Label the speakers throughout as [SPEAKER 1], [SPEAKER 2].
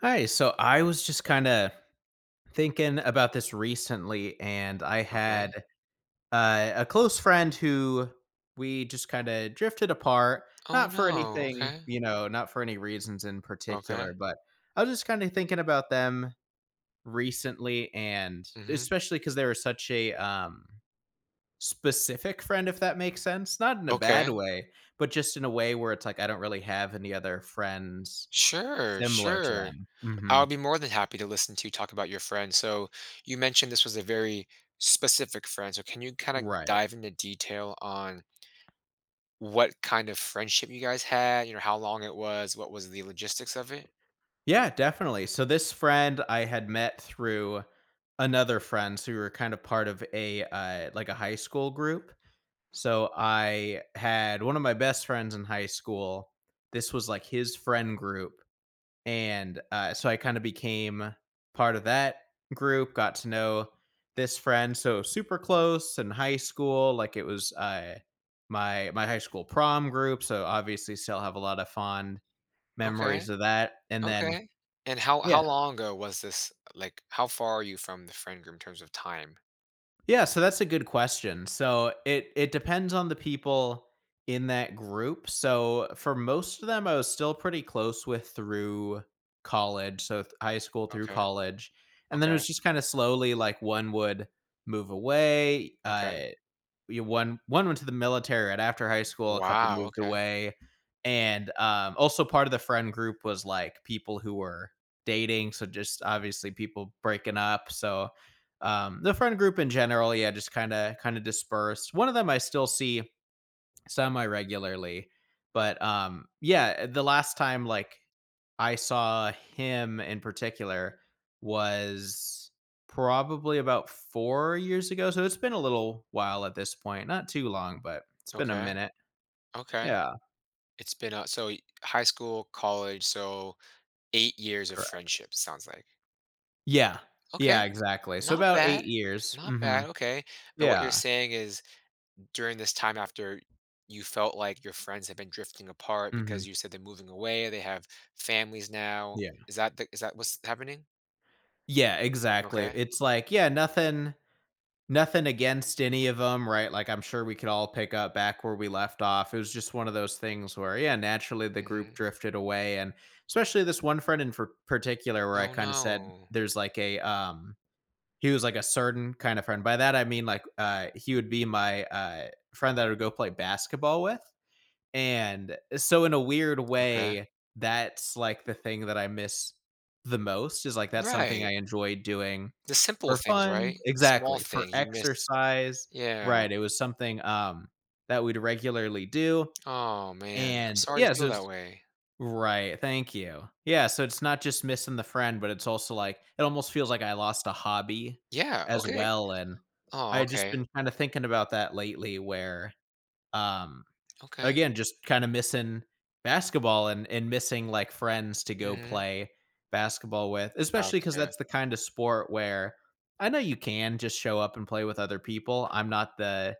[SPEAKER 1] Hi. So I was just kind of thinking about this recently, and I
[SPEAKER 2] Okay.
[SPEAKER 1] had a close friend who we just kind of drifted apart,
[SPEAKER 2] Oh,
[SPEAKER 1] not for
[SPEAKER 2] no.
[SPEAKER 1] anything,
[SPEAKER 2] Okay.
[SPEAKER 1] you know, not for any reasons in
[SPEAKER 2] Okay.
[SPEAKER 1] particular, but I was just kind of thinking about them recently, and
[SPEAKER 2] Mhm.
[SPEAKER 1] especially because they were such a specific friend, if that makes sense. Not in a bad
[SPEAKER 2] Okay.
[SPEAKER 1] way, but just in a way where it's like I don't really have any other friends
[SPEAKER 2] Sure,
[SPEAKER 1] similar to
[SPEAKER 2] sure.
[SPEAKER 1] them.
[SPEAKER 2] I'll be more than happy to listen to you talk about your friend. So, you mentioned this was a very specific friend. So, can you kind of
[SPEAKER 1] Right.
[SPEAKER 2] dive into detail on what kind of friendship you guys had? You know, how long it was? What was the logistics of it?
[SPEAKER 1] Yeah, definitely. So this friend I had met through another friend, so we were kind of part of a like a high school group. So I had one of my best friends in high school. This was like his friend group, and so I kind of became part of that group. Got to know this friend so super close in high school. Like it was my high school prom group. So obviously still have a lot of fond memories
[SPEAKER 2] Okay.
[SPEAKER 1] of that. And then
[SPEAKER 2] Okay. And how
[SPEAKER 1] yeah.
[SPEAKER 2] long ago was this? Like, how far are you from the friend group in terms of time?
[SPEAKER 1] Yeah, so that's a good question. So it depends on the people in that group. So for most of them, I was still pretty close with through college, so high school through
[SPEAKER 2] Okay.
[SPEAKER 1] college, and then it
[SPEAKER 2] Okay.
[SPEAKER 1] was just kind of slowly like one would move away.
[SPEAKER 2] Okay.
[SPEAKER 1] You one went to the military right after high school, a couple
[SPEAKER 2] Wow.
[SPEAKER 1] moved
[SPEAKER 2] Okay.
[SPEAKER 1] away, and, also part of the friend group was, like, people who were dating, so just obviously people breaking up, so, the friend group in general, yeah, just kinda dispersed. One of them I still see semi-regularly, but, yeah, the last time, like I saw him in particular was probably about 4 years ago, so it's been a little while at this point, not too long, but it's been a
[SPEAKER 2] Okay.
[SPEAKER 1] minute.
[SPEAKER 2] Okay.
[SPEAKER 1] Yeah,
[SPEAKER 2] It's been so y- high school, college, so 8 years of
[SPEAKER 1] correct.
[SPEAKER 2] friendship sounds like.
[SPEAKER 1] Yeah.
[SPEAKER 2] Okay,
[SPEAKER 1] Yeah, exactly. So
[SPEAKER 2] not
[SPEAKER 1] about 8
[SPEAKER 2] bad,
[SPEAKER 1] years.
[SPEAKER 2] not
[SPEAKER 1] Mhm.
[SPEAKER 2] bad. Okay, but what you're
[SPEAKER 1] Yeah.
[SPEAKER 2] saying is during this time after you felt like your friends have been drifting apart because
[SPEAKER 1] Mhm.
[SPEAKER 2] you said they're moving away, they have families now.
[SPEAKER 1] Yeah.
[SPEAKER 2] Is that what's happening?
[SPEAKER 1] Yeah, exactly.
[SPEAKER 2] Okay.
[SPEAKER 1] It's like, yeah, nothing against any of them, right? Like, I'm sure we could all pick up back where we left off. It was just one of those things where, yeah, naturally the
[SPEAKER 2] Mm-hmm.
[SPEAKER 1] group drifted away, and especially this one friend in for particular where I
[SPEAKER 2] Oh
[SPEAKER 1] kinda said
[SPEAKER 2] no.
[SPEAKER 1] there's like a, he was like a certain kind of friend. By that, I mean, like, he would be my, friend that I would go play basketball with, and so in a weird
[SPEAKER 2] Okay.
[SPEAKER 1] way, that's, like, the thing that I miss the most is, like, that's something
[SPEAKER 2] Right.
[SPEAKER 1] I enjoyed doing
[SPEAKER 2] The simple
[SPEAKER 1] for
[SPEAKER 2] things,
[SPEAKER 1] fun.
[SPEAKER 2] right? The small
[SPEAKER 1] Exactly. For
[SPEAKER 2] things you missed.
[SPEAKER 1] exercise.
[SPEAKER 2] Yeah.
[SPEAKER 1] Right. It was something, that we'd regularly do,
[SPEAKER 2] Oh man, I'm
[SPEAKER 1] and
[SPEAKER 2] sorry you
[SPEAKER 1] yeah,
[SPEAKER 2] feel
[SPEAKER 1] so
[SPEAKER 2] that
[SPEAKER 1] it's
[SPEAKER 2] way.
[SPEAKER 1] right, thank you. Yeah, so it's not just missing the friend, but it's also, like it almost feels like I lost a hobby
[SPEAKER 2] Yeah.
[SPEAKER 1] as
[SPEAKER 2] Okay.
[SPEAKER 1] well, and
[SPEAKER 2] Oh,
[SPEAKER 1] I've just
[SPEAKER 2] okay.
[SPEAKER 1] been kinda thinking about that lately where, um
[SPEAKER 2] Okay.
[SPEAKER 1] again, just kind of missing basketball and missing like friends to go
[SPEAKER 2] Mhm.
[SPEAKER 1] play basketball with, especially because
[SPEAKER 2] Gotcha.
[SPEAKER 1] that's the kind of sport where I know you can just show up and play with other people. I'm not the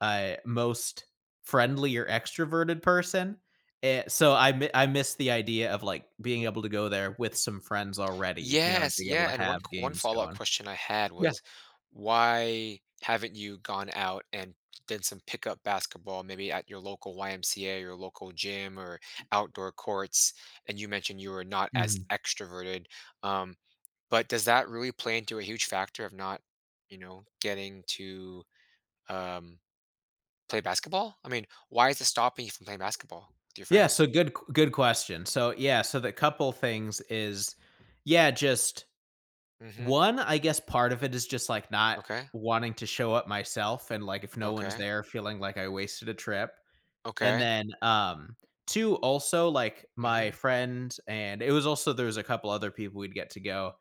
[SPEAKER 1] most friendly or extroverted person. So I miss the idea of like being able to go there with some friends already, you know, and
[SPEAKER 2] Yes,
[SPEAKER 1] being able
[SPEAKER 2] yeah,
[SPEAKER 1] to
[SPEAKER 2] and
[SPEAKER 1] have
[SPEAKER 2] one
[SPEAKER 1] games
[SPEAKER 2] follow-up
[SPEAKER 1] going.
[SPEAKER 2] question I had
[SPEAKER 1] Yeah.
[SPEAKER 2] was, why haven't you gone out and done some pickup basketball maybe at your local YMCA or local gym or outdoor courts? And you mentioned you were not as
[SPEAKER 1] Mhm.
[SPEAKER 2] extroverted, um, but does that really play into a huge factor of not, you know, getting to, um, play basketball? I mean, why is it stopping you from playing basketball with your
[SPEAKER 1] Yeah.
[SPEAKER 2] friends?
[SPEAKER 1] So good question. So yeah. So the couple things is, yeah, just
[SPEAKER 2] Mhm.
[SPEAKER 1] one, I guess part of it is just, like, not
[SPEAKER 2] Okay.
[SPEAKER 1] wanting to show up myself and, like, if no one's
[SPEAKER 2] Okay.
[SPEAKER 1] there, feeling like I wasted a trip, and
[SPEAKER 2] Okay.
[SPEAKER 1] then, two, also, like, my
[SPEAKER 2] Mhm.
[SPEAKER 1] friend and it was also there was a couple other people we'd get to go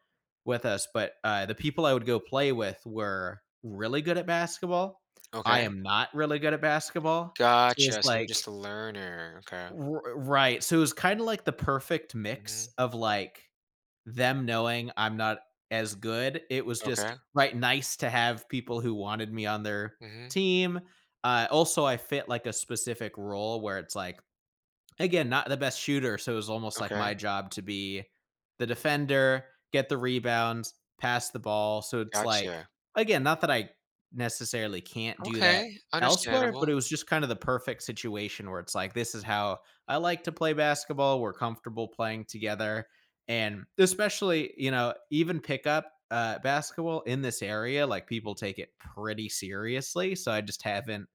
[SPEAKER 1] with us, but, the people I would go play with were really good at basketball. I
[SPEAKER 2] Okay.
[SPEAKER 1] am not really good at basketball, so it was
[SPEAKER 2] Gotcha. So you're just a learner. Okay.
[SPEAKER 1] R right, so it was kinda like the perfect mix
[SPEAKER 2] Mhm.
[SPEAKER 1] of, like them knowing I'm not as good, it was just,
[SPEAKER 2] Okay.
[SPEAKER 1] right, nice to have people who wanted me on their
[SPEAKER 2] Mhm.
[SPEAKER 1] team. Also, I fit, like, a specific role where it's like, again, not the best shooter, so it was almost like
[SPEAKER 2] Okay.
[SPEAKER 1] my job to be the defender, get the rebounds, pass the ball, so it's like
[SPEAKER 2] Gotcha.
[SPEAKER 1] again, not that I necessarily can't do that
[SPEAKER 2] Okay.
[SPEAKER 1] elsewhere, but it
[SPEAKER 2] Understandable.
[SPEAKER 1] was just kind of the perfect situation where it's like, this is how I like to play basketball, we're comfortable playing together, and especially, you know, even pickup, basketball in this area, like, people take it pretty seriously, so I just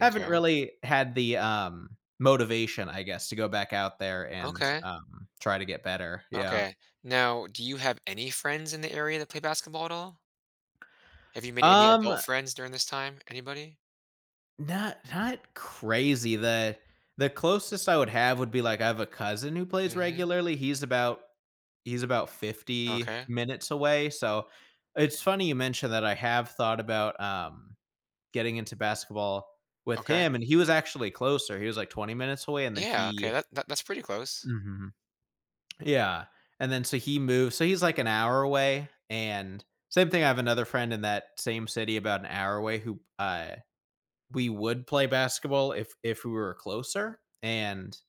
[SPEAKER 1] haven't really had the, motivation, I guess, to go back out there and,
[SPEAKER 2] Okay.
[SPEAKER 1] try to get better, yeah.
[SPEAKER 2] Okay. Now, do you have any friends in the area that play basketball at all? Have you made any
[SPEAKER 1] Um,
[SPEAKER 2] adult friends during this time? Anybody?
[SPEAKER 1] not crazy, the closest I would have would be, like, I have a cousin who plays
[SPEAKER 2] Mhm.
[SPEAKER 1] regularly, he's about 50
[SPEAKER 2] Okay.
[SPEAKER 1] minutes away, so it's funny you mentioned that I have thought about, getting into basketball with
[SPEAKER 2] Okay.
[SPEAKER 1] him, and he was actually closer, he was, like, 20 minutes away, and then
[SPEAKER 2] Yeah. Okay.
[SPEAKER 1] he.
[SPEAKER 2] That, that's pretty close.
[SPEAKER 1] Mhm. Yeah, and then so he moved so he's, like, an hour away, and same thing, I have another friend in that same city about an hour away who, we would play basketball if we were closer, and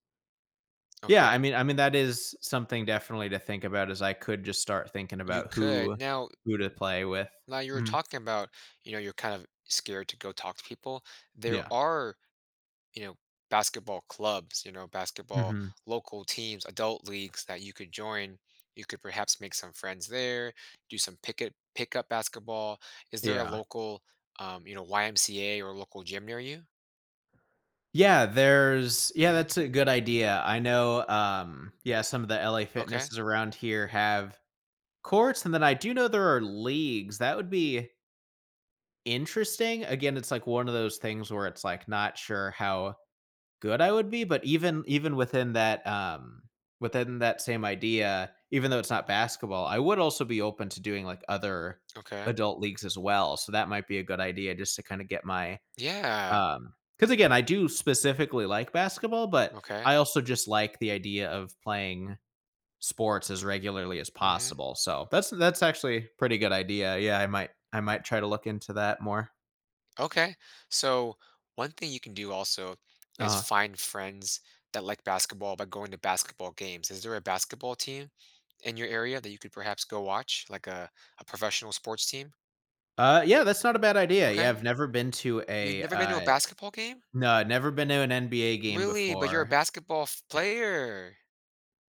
[SPEAKER 1] yeah,
[SPEAKER 2] Okay.
[SPEAKER 1] I mean, that is something definitely to think about is I could just start thinking
[SPEAKER 2] You
[SPEAKER 1] about
[SPEAKER 2] could. Now,
[SPEAKER 1] who to play with.
[SPEAKER 2] now you were
[SPEAKER 1] Mhm,
[SPEAKER 2] talking about, you know, you're kind of scared to go talk to people. There
[SPEAKER 1] yeah.
[SPEAKER 2] are, you know, basketball clubs, you know, basketball
[SPEAKER 1] Mhm,
[SPEAKER 2] local teams, adult leagues that you could join, you could perhaps make some friends there, do some picket pickup basketball. Is there a
[SPEAKER 1] yeah.
[SPEAKER 2] local, you know, YMCA or local gym near you?
[SPEAKER 1] Yeah, there's yeah,
[SPEAKER 2] Hmm.
[SPEAKER 1] that's a good idea. I know, yeah, some of the LA
[SPEAKER 2] Okay.
[SPEAKER 1] Fitnesses around here have courts, and then I do know there are leagues. That would be interesting. Again, it's like one of those things where it's like not sure how good I would be, but even within that same idea, even though it's not basketball, I would also be open to doing like other
[SPEAKER 2] Okay.
[SPEAKER 1] adult leagues as well. So that might be a good idea just to kind of get my
[SPEAKER 2] Yeah.
[SPEAKER 1] because again, I do specifically like basketball, but
[SPEAKER 2] Okay.
[SPEAKER 1] I also just like the idea of playing sports as regularly as
[SPEAKER 2] Mm-hmm.
[SPEAKER 1] possible. So that's actually a pretty good idea. Yeah, I might try to look into that more.
[SPEAKER 2] Okay. So one thing you can do also is
[SPEAKER 1] Uh
[SPEAKER 2] find friends that like basketball by going to basketball games. Is there a basketball team in your area that you could perhaps go watch, like a professional sports team?
[SPEAKER 1] yeah, that's not a bad idea. Yeah,
[SPEAKER 2] Okay.
[SPEAKER 1] I've never been to
[SPEAKER 2] You've
[SPEAKER 1] a
[SPEAKER 2] never been to a basketball game?
[SPEAKER 1] no, never been to an NBA game
[SPEAKER 2] Really? But you're a
[SPEAKER 1] before.
[SPEAKER 2] basketball f- player.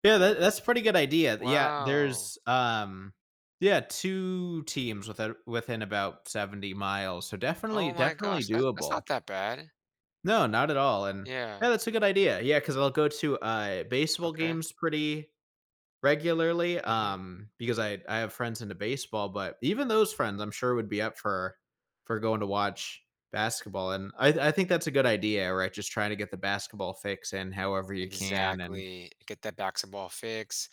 [SPEAKER 1] Yeah, that's a pretty good idea. Yeah,
[SPEAKER 2] Wow.
[SPEAKER 1] there's yeah, two teams within about 70 miles. So
[SPEAKER 2] Oh my
[SPEAKER 1] definitely
[SPEAKER 2] gosh. That's
[SPEAKER 1] doable.
[SPEAKER 2] not that bad.
[SPEAKER 1] No, not at all. And
[SPEAKER 2] Yeah.
[SPEAKER 1] yeah, that's a good idea. Yeah, cuz I'll go to baseball
[SPEAKER 2] Okay.
[SPEAKER 1] games pretty regularly
[SPEAKER 2] Mm-hmm.
[SPEAKER 1] because I have friends into baseball, but even those friends I'm sure would be up for going to watch basketball and I think that's a good idea, right? Just trying to get the basketball fix in however you can and
[SPEAKER 2] Exactly. Get that basketball fix.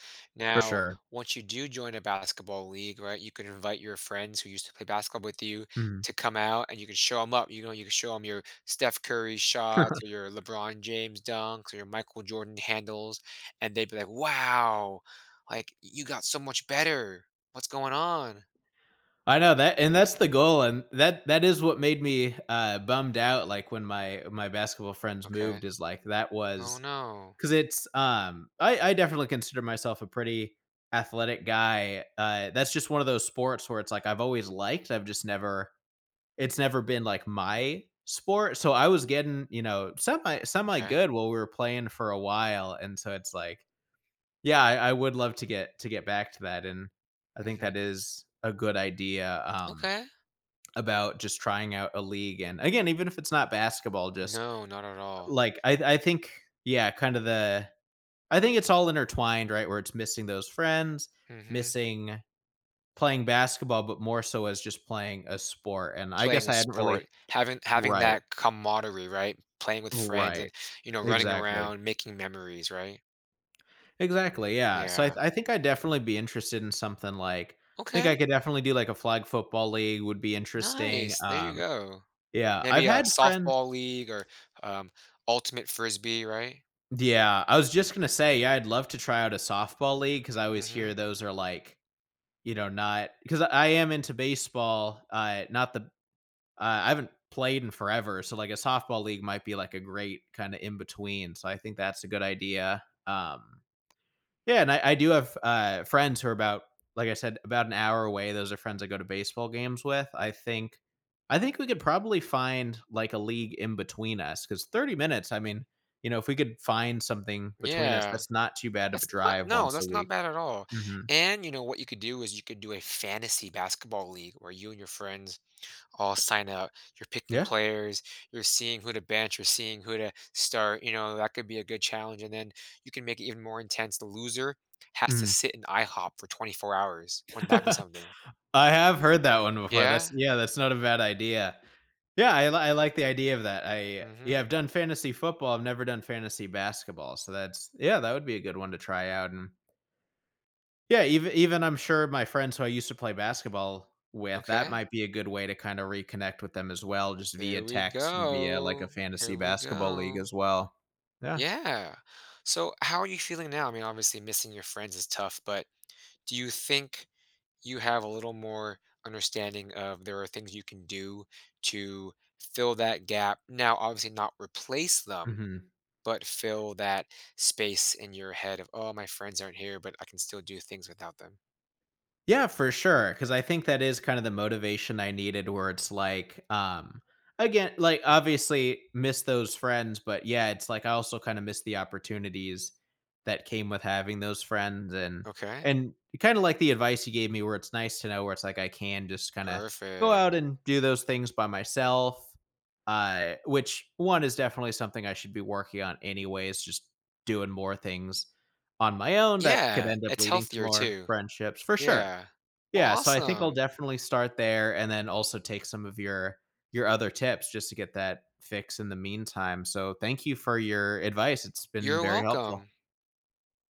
[SPEAKER 1] for
[SPEAKER 2] Now,
[SPEAKER 1] sure.
[SPEAKER 2] once you do join a basketball league, right, you can invite your friends who used to play basketball with you
[SPEAKER 1] Mhm.
[SPEAKER 2] to come out and you can show them up. You know, you can show them your Steph Curry shots or your LeBron James dunks or your Michael Jordan handles. And they'd be like, wow, like you got so much better. What's going on?
[SPEAKER 1] I know that, and that's the goal, and that is what made me bummed out. Like when my basketball friends
[SPEAKER 2] Okay.
[SPEAKER 1] moved, is like that
[SPEAKER 2] Oh,
[SPEAKER 1] was
[SPEAKER 2] no.
[SPEAKER 1] because it's I definitely consider myself a pretty athletic guy. That's just one of those sports where it's like I've always liked, I've just never it's never been like my sport. So I was getting you know semi
[SPEAKER 2] Okay.
[SPEAKER 1] good while we were playing for a while, and so it's like yeah, I would love to get back to that, and I think
[SPEAKER 2] Mm-hmm.
[SPEAKER 1] that is a good idea.
[SPEAKER 2] Okay.
[SPEAKER 1] About just trying out a league and again even if it's not basketball just
[SPEAKER 2] No, not at all.
[SPEAKER 1] like I think yeah kind of the I think it's all intertwined right where it's missing those friends
[SPEAKER 2] Mm-hmm.
[SPEAKER 1] missing playing basketball but more so as just playing a sport and I
[SPEAKER 2] Playing
[SPEAKER 1] guess
[SPEAKER 2] a
[SPEAKER 1] I hadn't
[SPEAKER 2] sport,
[SPEAKER 1] really
[SPEAKER 2] having
[SPEAKER 1] right
[SPEAKER 2] that camaraderie, right? Playing with friends and,
[SPEAKER 1] right
[SPEAKER 2] you know, running
[SPEAKER 1] exactly
[SPEAKER 2] around, making memories, right?
[SPEAKER 1] exactly yeah so
[SPEAKER 2] Yeah.
[SPEAKER 1] I think I'd definitely be interested in something like I think I
[SPEAKER 2] Okay,
[SPEAKER 1] could definitely do like a flag football league would be interesting
[SPEAKER 2] nice, there you go.
[SPEAKER 1] yeah I've
[SPEAKER 2] Maybe a
[SPEAKER 1] had friends.
[SPEAKER 2] softball league or, um, ultimate frisbee, right?
[SPEAKER 1] Yeah, I was just gonna say, yeah, I'd love to try out a softball league because I always
[SPEAKER 2] Mhm.
[SPEAKER 1] hear those are like, you know, not because I am into baseball. Not the I haven't played in forever, so like a softball league might be like a great kind of in between. So I think that's a good idea. Yeah, and I do have friends who are about, like I said, about an hour away. Those are friends I go to baseball games with. I think we could probably find like a league in between us because 30 minutes. I mean, you know, if we could find something between us,
[SPEAKER 2] Yeah.
[SPEAKER 1] that's not too bad of a
[SPEAKER 2] That's not
[SPEAKER 1] drive
[SPEAKER 2] no,
[SPEAKER 1] once a
[SPEAKER 2] that's not
[SPEAKER 1] week.
[SPEAKER 2] bad at all,
[SPEAKER 1] hmm
[SPEAKER 2] and, you know, what you could do is you could do a fantasy basketball league where you and your friends all sign up. You're picking
[SPEAKER 1] Yeah.
[SPEAKER 2] players, you're seeing who to bench, you're seeing who to start. You know, that could be a good challenge. And then you can make it even more intense. The loser has to
[SPEAKER 1] Mhm.
[SPEAKER 2] sit in IHOP for 24 hours. Wouldn't that be something?
[SPEAKER 1] I have heard that one before. That's
[SPEAKER 2] Yeah.
[SPEAKER 1] yeah, that's not a bad idea. Yeah, I like the idea of that. I
[SPEAKER 2] Mm-hmm.
[SPEAKER 1] yeah, I've done fantasy football. I've never done fantasy basketball, so that's yeah, that would be a good one to try out and yeah, even I'm sure my friends who I used to play basketball with, that
[SPEAKER 2] Okay.
[SPEAKER 1] might be a good way to kinda reconnect with them as well, just via
[SPEAKER 2] There we
[SPEAKER 1] text and via, like, a
[SPEAKER 2] go.
[SPEAKER 1] fantasy
[SPEAKER 2] There we
[SPEAKER 1] basketball league
[SPEAKER 2] go.
[SPEAKER 1] as well. Yeah,
[SPEAKER 2] Yeah. So, how are you feeling now? I mean, obviously, missing your friends is tough, but do you think you have a little more understanding of there are things you can do to fill that gap? Now, obviously, not replace them,
[SPEAKER 1] mhm.
[SPEAKER 2] but fill that space in your head of, oh, my friends aren't here, but I can still do things without them.
[SPEAKER 1] Yeah, for sure. Because I think that is kind of the motivation I needed where it's like, again, like, obviously miss those friends, but yeah, it's like I also kinda miss the opportunities that came with having those friends
[SPEAKER 2] Okay.
[SPEAKER 1] and kinda like the advice you gave me where it's nice to know where it's like I can just kinda go out
[SPEAKER 2] Perfect.
[SPEAKER 1] and do those things by myself. Which one is definitely something I should be working on anyways, just doing more things on my own that could
[SPEAKER 2] Yeah.
[SPEAKER 1] end up
[SPEAKER 2] It's
[SPEAKER 1] leading to
[SPEAKER 2] healthier
[SPEAKER 1] more
[SPEAKER 2] too.
[SPEAKER 1] friendships, for sure.
[SPEAKER 2] Yeah. Well,
[SPEAKER 1] Yeah, so I think I'll
[SPEAKER 2] awesome.
[SPEAKER 1] definitely start there and then also take some of your other tips just to get that fix in the meantime. So, thank you for your advice. It's been
[SPEAKER 2] You're
[SPEAKER 1] very helpful.
[SPEAKER 2] welcome.